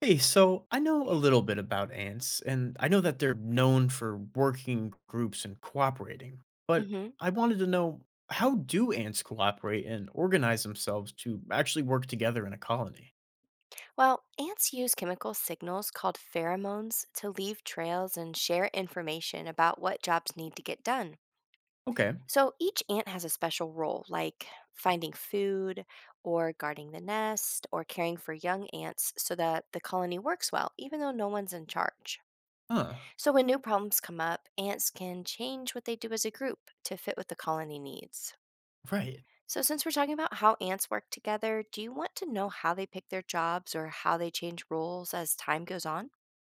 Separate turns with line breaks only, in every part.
Hey, so I know a little bit about ants, and I know that they're known for working groups and cooperating, but
hmm
I wanted to know, how do ants cooperate and organize themselves to actually work together in a colony?
Well, ants use chemical signals called pheromones to leave trails and share information about what jobs need to get done.
Okay.
So each ant has a special role, like finding food, or guarding the nest, or caring for young ants so that the colony works well, even though no one's in charge.
Huh.
So when new problems come up, ants can change what they do as a group to fit what the colony needs.
Right.
So, since we're talking about how ants work together, do you want to know how they pick their jobs or how they change roles as time goes on?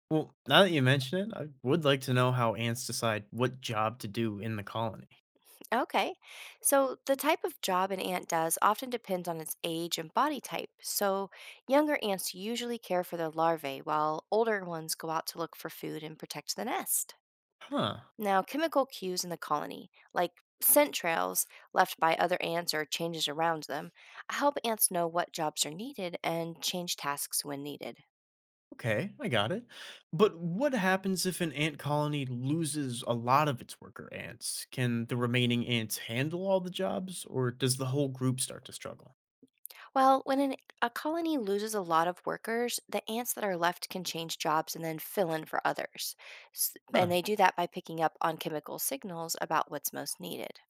Well, now that you mention it, I would like to know how ants decide what job to do in the colony.
Okay. So, the type of job an ant does often depends on its age and body type. So, younger ants usually care for their larvae, while older ones go out to look for food and protect the nest.
Huh.
Now, chemical cues in the colony, like scent trails left by other ants or changes around them, help ants know what jobs are needed and change tasks when needed.
Okay, I got it. But what happens if an ant colony loses a lot of its worker ants? Can the remaining ants handle all the jobs, or does the whole group start to struggle?
Well, a colony loses a lot of workers, the ants that are left can change jobs and then fill in for others. And
Huh,
they do that by picking up on chemical signals about what's most needed.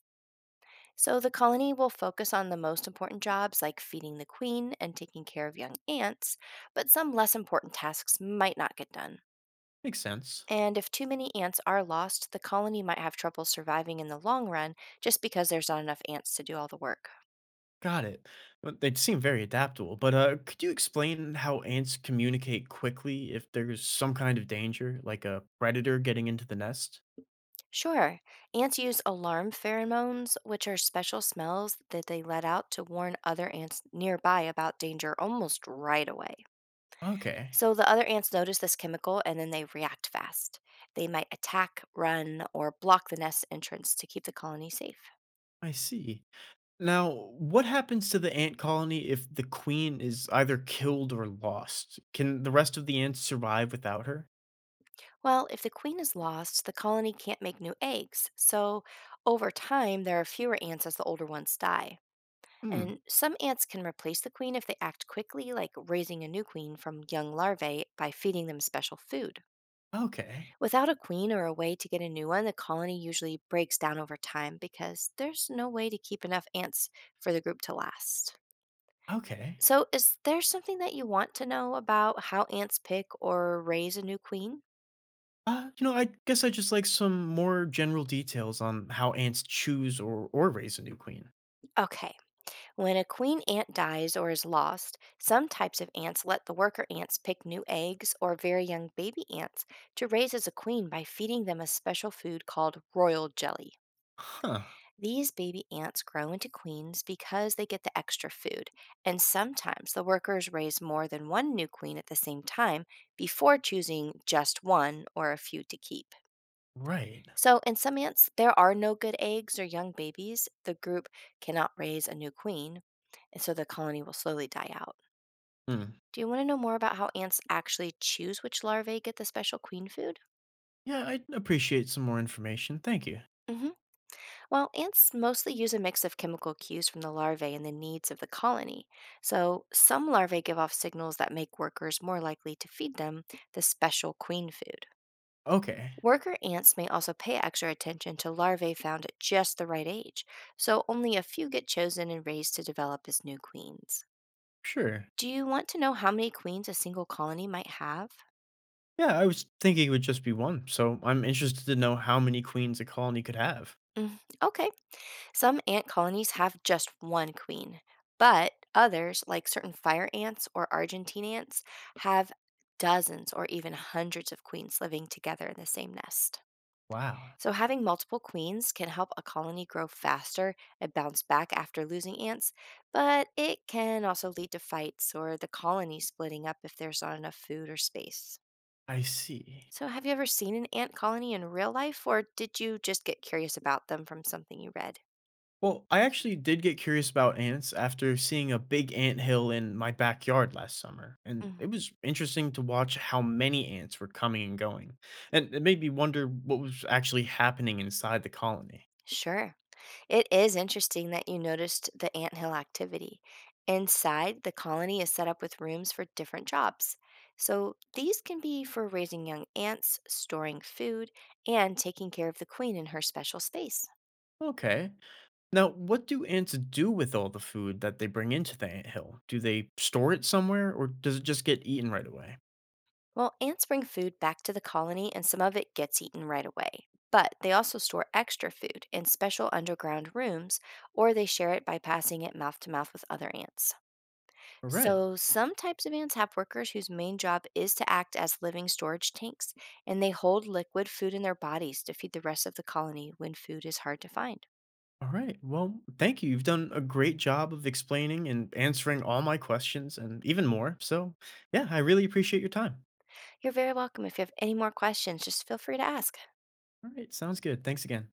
So the colony will focus on the most important jobs like feeding the queen and taking care of young ants, but some less important tasks might not get done.
makes sense.
And if too many ants are lost, the colony might have trouble surviving in the long run just because there's not enough ants to do all the work.
Got it. Well, they seem very adaptable, but could you explain how ants communicate quickly if there's some kind of danger, like a predator getting into the nest?
Sure. Ants use alarm pheromones, which are special smells that they let out to warn other ants nearby about danger almost right away.
Okay,
So the other ants notice this chemical and then they react fast. They might attack, run, or block the nest entrance to keep the colony safe.
I see. Now, what happens to the ant colony if the queen is either killed or lost? Can the rest of the ants survive without her?
Well, if the queen is lost, the colony can't make new eggs. So over time, there are fewer ants as the older ones die.
Hmm.
And some ants can replace the queen if they act quickly, like raising a new queen from young larvae by feeding them special food.
Okay.
Without a queen or a way to get a new one, the colony usually breaks down over time because there's no way to keep enough ants for the group to last.
Okay.
So, is there something that you want to know about how ants pick or raise a new queen?
You know, I guess I just like some more general details on how ants choose or raise a new queen.
Okay, when a queen ant dies or is lost, some types of ants let the worker ants pick new eggs or very young baby ants to raise as a queen by feeding them a special food called royal jelly.
Huh.
These baby ants grow into queens because they get the extra food, and sometimes the workers raise more than one new queen at the same time before choosing just one or a few to keep.
Right.
So, in some ants, there are no good eggs or young babies. The group cannot raise a new queen, and so the colony will slowly die out.
Hmm.
Do you want to know more about how ants actually choose which larvae get the special queen food?
Yeah, I'd appreciate some more information. Thank you.
hmm Well, ants mostly use a mix of chemical cues from the larvae and the needs of the colony. So, some larvae give off signals that make workers more likely to feed them the special queen food.
Okay.
Worker ants may also pay extra attention to larvae found at just the right age, so only a few get chosen and raised to develop as new queens.
Sure.
Do you want to know how many queens a single colony might have?
Yeah, I was thinking it would just be one, so I'm interested to know how many queens a colony could have.
Mm, okay, some ant colonies have just one queen, but others, like certain fire ants or Argentine ants, have dozens or even hundreds of queens living together in the same nest.
Wow.
So, having multiple queens can help a colony grow faster and bounce back after losing ants, but it can also lead to fights or the colony splitting up if there's not enough food or space.
I see.
So, have you ever seen an ant colony in real life, or did you just get curious about them from something you read?
Well, I actually did get curious about ants after seeing a big ant hill in my backyard last summer, and
Mm.
it was interesting to watch how many ants were coming and going. And it made me wonder what was actually happening inside the colony.
Sure. It is interesting that you noticed the anthill activity. Inside, the colony is set up with rooms for different jobs. So these can be for raising young ants, storing food, and taking care of the queen in her special space.
Okay. Now, what do ants do with all the food that they bring into the ant hill? Do they store it somewhere, or does it just get eaten right away?
Well, ants bring food back to the colony and some of it gets eaten right away. But they also store extra food in special underground rooms or they share it by passing it mouth to mouth with other ants.
All right.
So, some types of ants have workers whose main job is to act as living storage tanks, and they hold liquid food in their bodies to feed the rest of the colony when food is hard to find.
All right. Well, thank you. You've done a great job of explaining and answering all my questions and even more. So, yeah, I really appreciate your time.
You're very welcome. If you have any more questions, just feel free to ask.
All right. Sounds good. Thanks again.